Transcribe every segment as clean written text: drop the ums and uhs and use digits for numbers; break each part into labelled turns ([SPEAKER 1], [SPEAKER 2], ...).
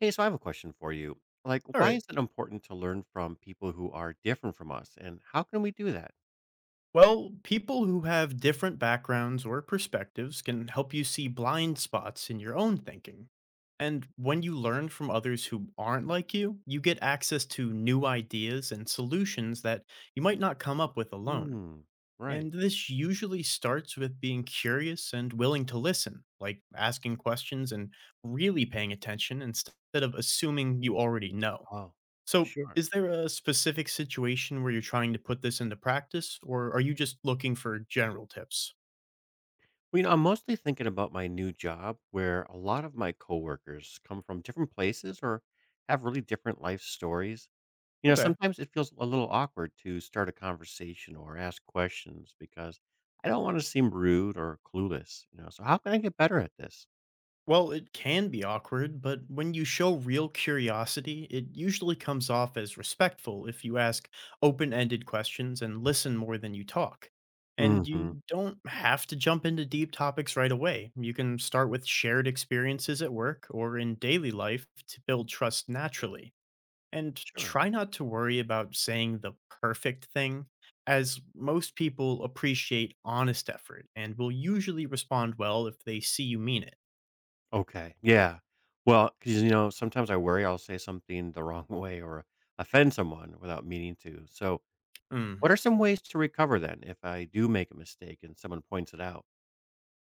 [SPEAKER 1] Hey, so I have a question for you. Like,
[SPEAKER 2] All
[SPEAKER 1] why
[SPEAKER 2] right.
[SPEAKER 1] is it important to learn from people who are different from us, and how can we do that?
[SPEAKER 2] Well, people who have different backgrounds or perspectives can help you see blind spots in your own thinking. And when you learn from others who aren't like you get access to new ideas and solutions that you might not come up with alone.
[SPEAKER 1] Hmm. Right.
[SPEAKER 2] And this usually starts with being curious and willing to listen, like asking questions and really paying attention instead of assuming you already know.
[SPEAKER 1] Oh,
[SPEAKER 2] So,
[SPEAKER 1] sure.
[SPEAKER 2] is there a specific situation where you're trying to put this into practice, or are you just looking for general tips?
[SPEAKER 1] Well, I'm mostly thinking about my new job, where a lot of my coworkers come from different places or have really different life stories. You know,
[SPEAKER 2] Okay.
[SPEAKER 1] sometimes it feels a little awkward to start a conversation or ask questions because I don't want to seem rude or clueless. You know, so how can I get better at this?
[SPEAKER 2] Well, it can be awkward, but when you show real curiosity, it usually comes off as respectful if you ask open ended questions and listen more than you talk. And
[SPEAKER 1] Hmm.
[SPEAKER 2] you don't have to jump into deep topics right away. You can start with shared experiences at work or in daily life to build trust naturally. And
[SPEAKER 1] Sure.
[SPEAKER 2] try not to worry about saying the perfect thing, as most people appreciate honest effort and will usually respond well if they see you mean it.
[SPEAKER 1] Okay. Yeah. Well, because sometimes I worry I'll say something the wrong way or offend someone without meaning to. So, what
[SPEAKER 2] Mm.
[SPEAKER 1] are some ways to recover then if I do make a mistake and someone points it out?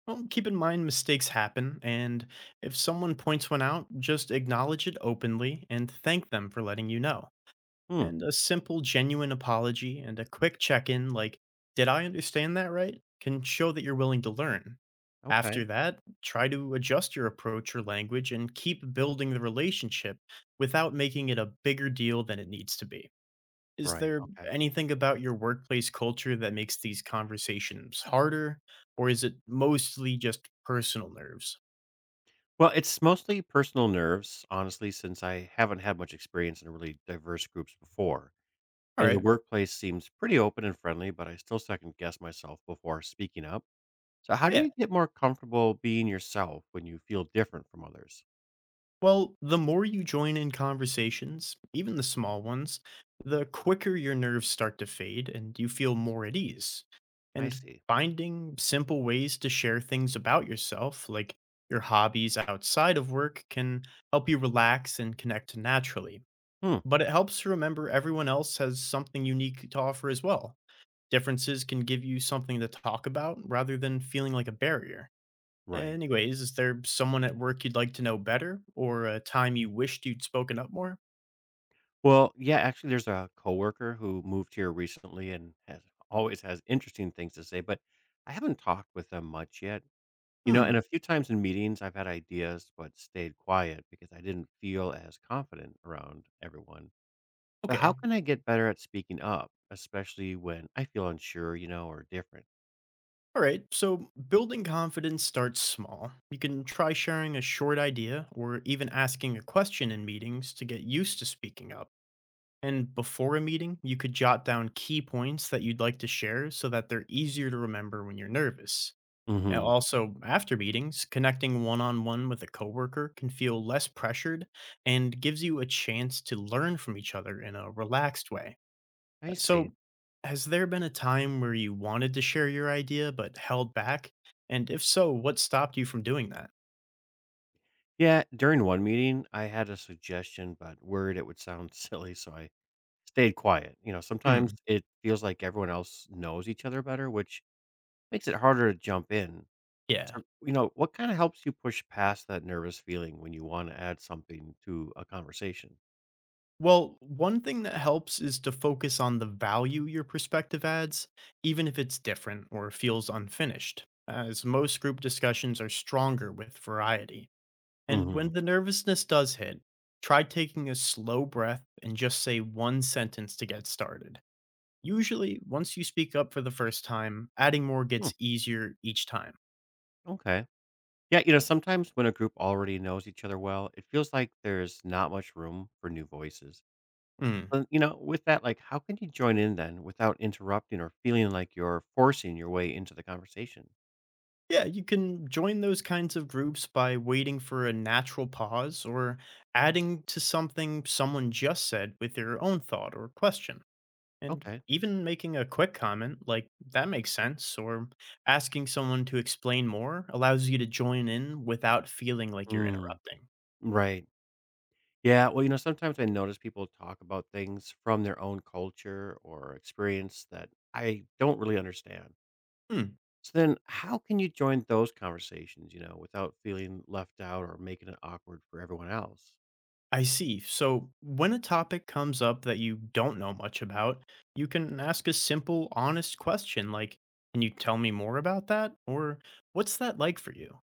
[SPEAKER 2] Well, keep in mind mistakes happen, and if someone points one out, just acknowledge it openly and thank them for letting you know.
[SPEAKER 1] Hmm.
[SPEAKER 2] And a simple, genuine apology and a quick check in, like, did I understand that right? can show that you're willing to learn.
[SPEAKER 1] Okay.
[SPEAKER 2] After that, try to adjust your approach or language and keep building the relationship without making it a bigger deal than it needs to be. Is
[SPEAKER 1] Right.
[SPEAKER 2] there
[SPEAKER 1] Okay.
[SPEAKER 2] anything about your workplace culture that makes these conversations harder, or is it mostly just personal nerves?
[SPEAKER 1] Well, it's mostly personal nerves, honestly, since I haven't had much experience in really diverse groups before.
[SPEAKER 2] All
[SPEAKER 1] You know, the
[SPEAKER 2] right.
[SPEAKER 1] workplace seems pretty open and friendly, but I still second guess myself before speaking up. So, how do
[SPEAKER 2] Yeah.
[SPEAKER 1] you get more comfortable being yourself when you feel different from others?
[SPEAKER 2] Well, the more you join in conversations, even the small ones, the quicker your nerves start to fade and you feel more at ease.
[SPEAKER 1] I
[SPEAKER 2] And
[SPEAKER 1] see.
[SPEAKER 2] finding simple ways to share things about yourself, like your hobbies outside of work, can help you relax and connect naturally.
[SPEAKER 1] Hmm.
[SPEAKER 2] But it helps to remember everyone else has something unique to offer as well. Differences can give you something to talk about rather than feeling like a barrier.
[SPEAKER 1] Right.
[SPEAKER 2] Anyways, is there someone at work you'd like to know better, or a time you wished you'd spoken up more?
[SPEAKER 1] Well, yeah, actually, there's a coworker who moved here recently and has always has interesting things to say, but I haven't talked with them much yet. You know, and
[SPEAKER 2] Hmm,
[SPEAKER 1] a few times in meetings, I've had ideas but stayed quiet because I didn't feel as confident around everyone. So, how
[SPEAKER 2] okay.
[SPEAKER 1] can I get better at speaking up, especially when I feel unsure, or different?
[SPEAKER 2] All right, so building confidence starts small. You can try sharing a short idea or even asking a question in meetings to get used to speaking up. And before a meeting, you could jot down key points that you'd like to share so that they're easier to remember when you're nervous. And
[SPEAKER 1] Hmm.
[SPEAKER 2] also, after meetings, connecting one on one with a coworker can feel less pressured and gives you a chance to learn from each other in a relaxed way.
[SPEAKER 1] I see.
[SPEAKER 2] So, has there been a time where you wanted to share your idea but held back? And if so, what stopped you from doing that?
[SPEAKER 1] Yeah, during one meeting, I had a suggestion, but worried it would sound silly, so I stayed quiet. Sometimes
[SPEAKER 2] Hmm,
[SPEAKER 1] it feels like everyone else knows each other better, which makes it harder to jump in.
[SPEAKER 2] yeah.
[SPEAKER 1] So, what kinda helps you push past that nervous feeling when you wanna add something to a conversation?
[SPEAKER 2] Well, one thing that helps is to focus on the value your perspective adds, even if it's different or feels unfinished, as most group discussions are stronger with variety. And
[SPEAKER 1] Mhm.
[SPEAKER 2] when the nervousness does hit, try taking a slow breath and just say one sentence to get started. Usually, once you speak up for the first time, adding more
[SPEAKER 1] Hmm,
[SPEAKER 2] gets easier each time.
[SPEAKER 1] okay. Yeah, you know, sometimes when a group already knows each other well, it feels like there's not much room for new voices.
[SPEAKER 2] Mm.
[SPEAKER 1] And, with that, like, how can you join in then without interrupting or feeling like you're forcing your way into the conversation?
[SPEAKER 2] Yeah, you can join those kinds of groups by waiting for a natural pause or adding to something someone just said with your own thought or question. And
[SPEAKER 1] Okay.
[SPEAKER 2] even making a quick comment, like, that makes sense, or asking someone to explain more allows you to join in without feeling like you're
[SPEAKER 1] Mm,
[SPEAKER 2] interrupting.
[SPEAKER 1] right. Yeah, well, sometimes I notice people talk about things from their own culture or experience that I don't really understand.
[SPEAKER 2] Hmm,
[SPEAKER 1] So then, how can you join those conversations, without feeling left out or making it awkward for everyone else?
[SPEAKER 2] I see. So, when a topic comes up that you don't know much about, you can ask a simple, honest question like, can you tell me more about that? Or, what's that like for you?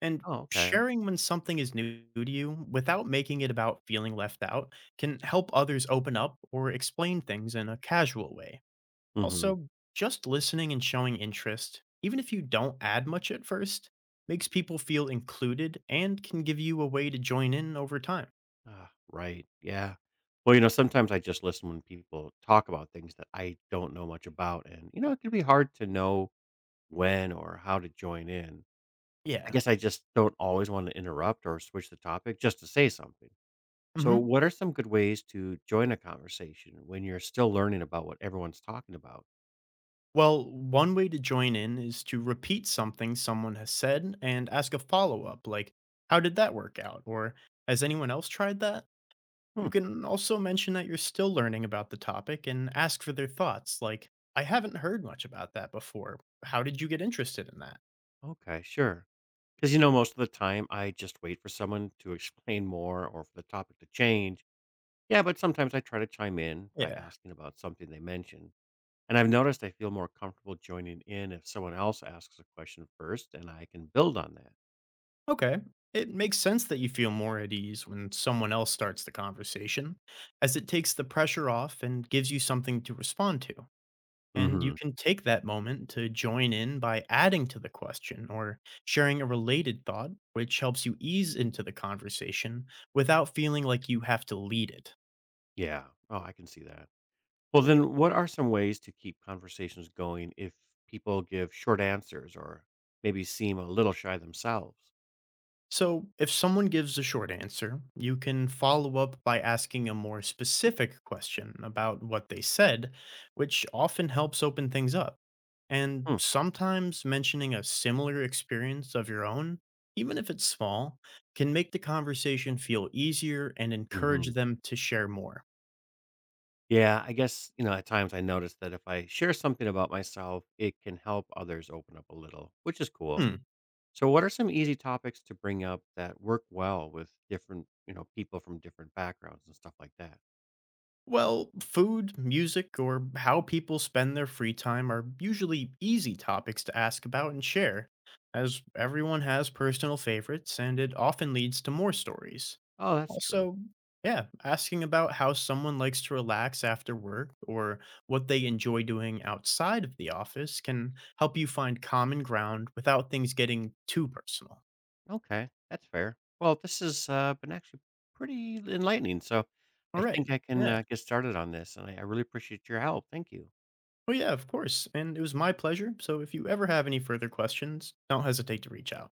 [SPEAKER 2] And
[SPEAKER 1] Oh, okay.
[SPEAKER 2] sharing when something is new to you without making it about feeling left out can help others open up or explain things in a casual way.
[SPEAKER 1] Hmm.
[SPEAKER 2] Also, just listening and showing interest, even if you don't add much at first, makes people feel included and can give you a way to join in over time.
[SPEAKER 1] Ah, right. Yeah. Well, sometimes I just listen when people talk about things that I don't know much about. And, it can be hard to know when or how to join in. I
[SPEAKER 2] Yeah.
[SPEAKER 1] guess I just don't always want to interrupt or switch the topic just to say something. So,
[SPEAKER 2] hmm
[SPEAKER 1] what are some good ways to join a conversation when you're still learning about what everyone's talking about?
[SPEAKER 2] Well, one way to join in is to repeat something someone has said and ask a follow up, like, how did that work out? Or has anyone else tried that?
[SPEAKER 1] Hmm.
[SPEAKER 2] You can also mention that you're still learning about the topic and ask for their thoughts, like, I haven't heard much about that before. How did you get interested in that?
[SPEAKER 1] Okay, sure. Because, most of the time I just wait for someone to explain more or for the topic to change. Yeah, but sometimes I try to chime in by
[SPEAKER 2] Yeah.
[SPEAKER 1] asking about something they mentioned. And I've noticed I feel more comfortable joining in if someone else asks a question first and I can build on that.
[SPEAKER 2] Okay. It makes sense that you feel more at ease when someone else starts the conversation, as it takes the pressure off and gives you something to respond to. And you
[SPEAKER 1] Hmm.
[SPEAKER 2] can take that moment to join in by adding to the question or sharing a related thought, which helps you ease into the conversation without feeling like you have to lead it.
[SPEAKER 1] Yeah. Oh, I can see that. Well, then, what are some ways to keep conversations going if people give short answers or maybe seem a little shy themselves?
[SPEAKER 2] So, if someone gives a short answer, you can follow up by asking a more specific question about what they said, which often helps open things up. And
[SPEAKER 1] Hmm.
[SPEAKER 2] sometimes mentioning a similar experience of your own, even if it's small, can make the conversation feel easier and encourage
[SPEAKER 1] Hmm.
[SPEAKER 2] them to share more.
[SPEAKER 1] Yeah, I guess, at times I notice that if I share something about myself, it can help others open up a little, which is cool.
[SPEAKER 2] Hmm.
[SPEAKER 1] So, what are some easy topics to bring up that work well with different, people from different backgrounds and stuff like that?
[SPEAKER 2] Well, food, music, or how people spend their free time are usually easy topics to ask about and share, as everyone has personal favorites and it often leads to more stories.
[SPEAKER 1] Oh, that's true.
[SPEAKER 2] Also, yeah, asking about how someone likes to relax after work or what they enjoy doing outside of the office can help you find common ground without things getting too personal.
[SPEAKER 1] Okay, that's fair. Well, this has been actually pretty enlightening, so I
[SPEAKER 2] All right,
[SPEAKER 1] think I can
[SPEAKER 2] yeah.
[SPEAKER 1] get started on this, and I really appreciate your help. Thank you.
[SPEAKER 2] Oh, yeah, of course. And it was my pleasure. So if you ever have any further questions, don't hesitate to reach out.